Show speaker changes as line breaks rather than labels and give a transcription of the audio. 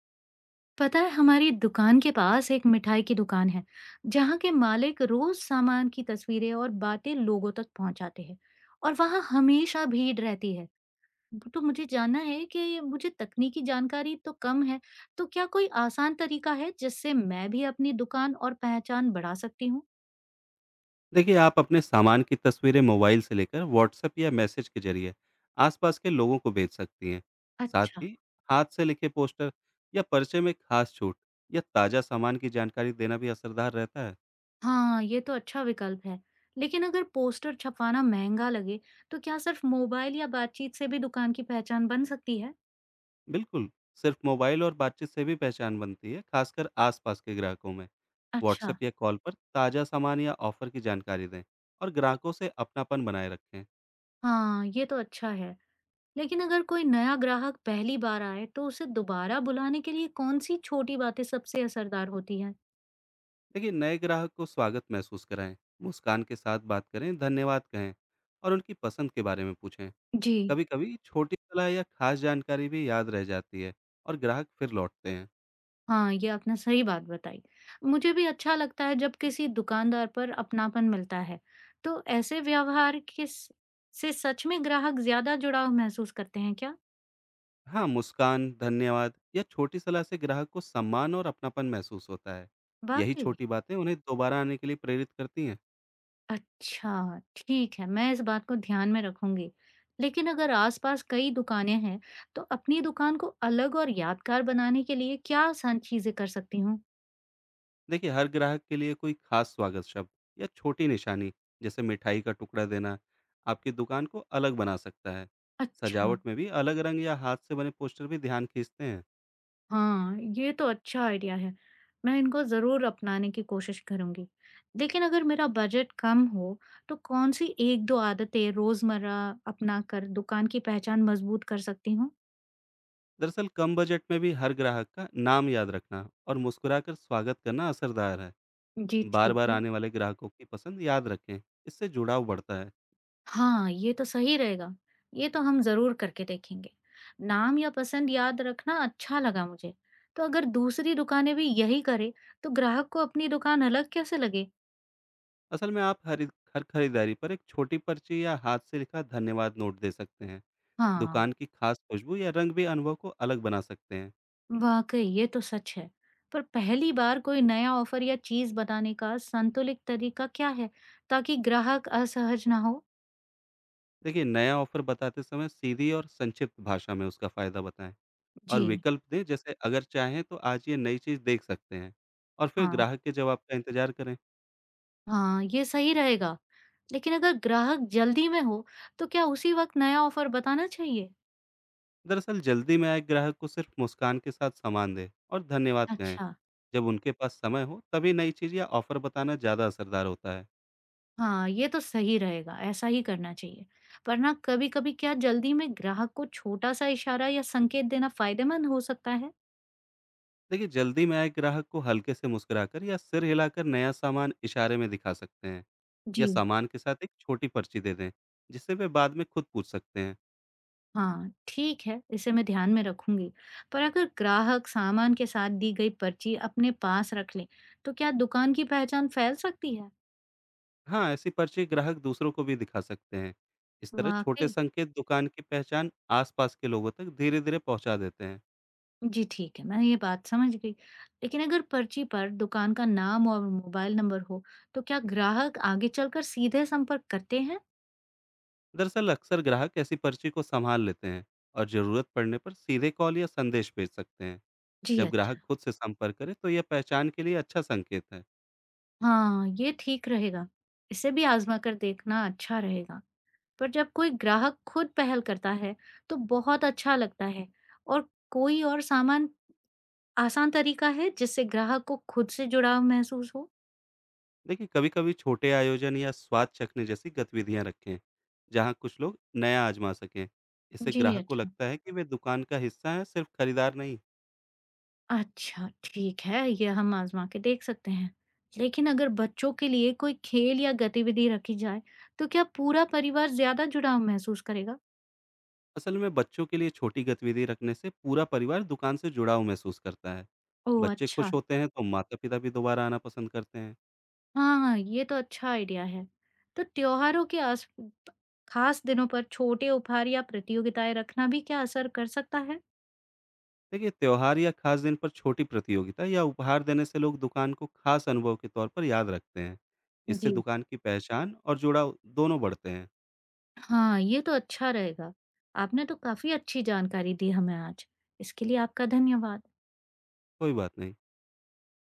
पता है हमारी दुकान के पास एक मिठाई की दुकान है, जहाँ के मालिक रोज सामान की तस्वीरें और बातें लोगों तक पहुंचाते हैं और वहाँ हमेशा भीड़ रहती है। तो मुझे जानना है कि मुझे तकनीकी जानकारी तो कम है, तो क्या कोई आसान तरीका है जिससे मैं भी अपनी दुकान और पहचान बढ़ा सकती हूँ।
देखिए, आप अपने सामान की तस्वीरें मोबाइल से लेकर व्हाट्सएप या मैसेज के जरिए आसपास के लोगों को भेज सकती हैं। साथ
अच्छा।
ही हाथ से लिखे पोस्टर या पर्चे में खास छूट या ताज़ा सामान की जानकारी देना भी असरदार रहता है।
हाँ ये तो अच्छा विकल्प है, लेकिन अगर पोस्टर छपवाना महंगा लगे तो क्या सिर्फ मोबाइल या बातचीत से भी दुकान की पहचान बन सकती है।
बिल्कुल, सिर्फ मोबाइल और बातचीत से भी पहचान बनती है, खासकर आसपास के ग्राहकों में।
अच्छा।
व्हाट्सएप या कॉल पर ताज़ा सामान या ऑफर की जानकारी दें और ग्राहकों से अपनापन बनाए रखें।
हाँ ये तो अच्छा है, लेकिन अगर कोई नया ग्राहक पहली बार आए तो उसे दोबारा बुलाने के लिए कौन सी छोटी बातें सबसे असरदार होती हैं?
देखिए, नए ग्राहक को स्वागत महसूस कराएं, मुस्कान के साथ बात करें, धन्यवाद कहें और उनकी पसंद के बारे में पूछें।
जी।
कभी कभी छोटी सलाह या खास जानकारी भी याद रह जाती है और ग्राहक फिर लौटते हैं।
हाँ, ये आपने सही बात बताई। मुझे भी अच्छा लगता है जब किसी दुकानदार पर अपनापन मिलता है। तो ऐसे व्यवहार के से सच में ग्राहक ज्यादा जुड़ाव महसूस करते हैं क्या?
हाँ, मुस्कान, धन्यवाद या छोटी सलाह से ग्राहक को सम्मान और अपनापन महसूस होता है। यही
वाकई।
छोटी बातें उन्हें दोबारा आने के लिए प्रेरित करती हैं।
अच्छा, ठीक है, मैं इस बात को ध्यान में रखूंगी। लेकिन अगर आसपास कई दुकानें हैं, तो अपनी दुकान को अलग और यादगार बनाने के लिए क्या आसान चीजें कर सकती हूँ?
देखिए, हर ग्राहक के लिए कोई खास स्वागत शब्द या छोटी निशानी, जैसे मिठाई का टुकड़ा देना, आपकी दुकान को अलग बना सकता है।
अच्छा।
सजावट में भी अलग रंग या हाथ से बने पोस्टर भी ध्यान खींचते हैं।
हाँ, ये तो अच्छा आइडिया है। मैं इनको ज़रूर अपनाने की कोशिश करूँगी। लेकिन अगर मेरा बजट कम हो, तो कौन-सी 1-2 आदतें रोज़मर्रा अपनाकर दुकान की पहचान मज़बूत कर सकती हूँ?
दरअसल कम बजट में भी हर ग्राहक का नाम याद रखना और मुस्कुराकर स्वागत करना असरदार है।
जी, ठीक
बार-बार
है।
आने वाले ग्राहकों की पसंद याद रखें, इससे जुड़ाव बढ़ता है।
हाँ, ये तो सही रहेगा। ये तो हम ज़रूर करके देखेंगे। नाम या पसंद याद रखना अच्छा लगा मुझे। तो अगर दूसरी दुकानें भी यही करें, तो ग्राहक को अपनी दुकान अलग कैसे लगे?
असल में आप हर हर खरीदारी पर एक छोटी पर्ची या हाथ से लिखा धन्यवाद नोट दे सकते हैं।
हाँ।
दुकान की खास खुशबू या रंग भी अनुभव को अलग बना सकते हैं।
वाकई ये तो सच है। पर पहली बार कोई नया ऑफर या चीज बताने का संतुलित तरीका क्या है, ताकि ग्राहक असहज ना हो?
देखिए, नया ऑफ़र बताते समय सीधी और संक्षिप्त भाषा में उसका फ़ायदा बताएँ
जी।
और विकल्प दें, जैसे अगर चाहें तो आज ये नई चीज़ देख सकते हैं, और फिर
हाँ,
ग्राहक के जवाब का इंतज़ार करें।
हाँ, ये सही रहेगा। लेकिन अगर ग्राहक जल्दी में हो, तो क्या उसी वक्त नया ऑफर बताना चाहिए?
दरअसल जल्दी में आए ग्राहक को सिर्फ़ मुस्कान के साथ सामान दें और धन्यवाद कहें।
अच्छा।
जब उनके पास समय हो तभी नई चीज़ या ऑफ़र बताना ज़्यादा असरदार होता है।
हाँ, ये तो सही रहेगा, ऐसा ही करना चाहिए। पर ना, कभी कभी क्या जल्दी में ग्राहक को छोटा सा इशारा या संकेत देना फायदेमंद हो सकता है?
देखिए, जल्दी में आए ग्राहक को हल्के से मुस्कुराकर या सिर हिलाकर नया सामान इशारे में दिखा सकते हैं, या
जी।
सामान के साथ एक छोटी पर्ची दे दें, जिससे वे बाद में खुद पूछ सकते हैं।
हाँ, ठीक है, इसे मैं ध्यान में रखूंगी। पर अगर ग्राहक सामान के साथ दी गई पर्ची अपने पास रख ले, तो क्या दुकान की पहचान फैल सकती है?
हाँ, ऐसे पर्चे ग्राहक दूसरों को भी दिखा सकते हैं। इस तरह छोटे
वाकई?
संकेत दुकान की पहचान आसपास के लोगों तक धीरे-धीरे पहुंचा देते हैं।
जी ठीक है, मैं ये बात समझ गई। लेकिन अगर पर्ची पर दुकान का नाम और मोबाइल नंबर हो, तो क्या ग्राहक आगे चलकर सीधे संपर्क करते हैं?
दरअसल अक्सर ग्राहक ऐसी पर्ची को संभाल लेते हैं और ज़रूरत पड़ने पर सीधे कॉल या संदेश भेज सकते हैं।
जी,
जब ग्राहक
अच्छा।
खुद से संपर्क करे तो यह पहचान के लिए अच्छा संकेत है।
हाँ, ये ठीक रहेगा। इसे भी आजमा कर देखना अच्छा रहेगा। पर जब कोई ग्राहक खुद पहल करता है, तो बहुत अच्छा लगता है। और कोई और सामान आसान तरीका है जिससे ग्राहक को खुद से जुड़ाव महसूस हो?
देखिए, कभी-कभी छोटे आयोजन या स्वाद चखने जैसी गतिविधियां रखें, जहां कुछ लोग नया आजमा सकें। इससे
जी,
ग्राहक को
अच्छा।
लगता है कि वे दुकान का हिस्सा हैं, सिर्फ खरीदार नहीं।
अच्छा, ठीक है, ये हम आजमा के देख सकते हैं। लेकिन अगर बच्चों के लिए कोई खेल या गतिविधि रखी जाए, तो क्या पूरा परिवार ज्यादा जुड़ाव महसूस करेगा?
असल में बच्चों के लिए छोटी गतिविधि रखने से पूरा परिवार दुकान से जुड़ा हुआ महसूस करता है।
ओ,
बच्चे
अच्छा।
खुश होते हैं तो माता पिता भी दोबारा आना पसंद करते हैं।
हाँ, ये तो अच्छा आइडिया है। तो त्योहारों के आस खास दिनों पर छोटे उपहार या प्रतियोगिताएं रखना भी क्या असर कर सकता है?
देखिए, त्योहार या खास दिन पर छोटी प्रतियोगिता या उपहार देने से लोग दुकान को खास अनुभव के तौर पर याद रखते हैं। इससे
जी।
दुकान की पहचान और जुड़ाव दोनों बढ़ते हैं।
हाँ, ये तो अच्छा रहेगा। आपने तो काफ़ी अच्छी जानकारी दी हमें आज। इसके लिए आपका धन्यवाद।
कोई बात नहीं।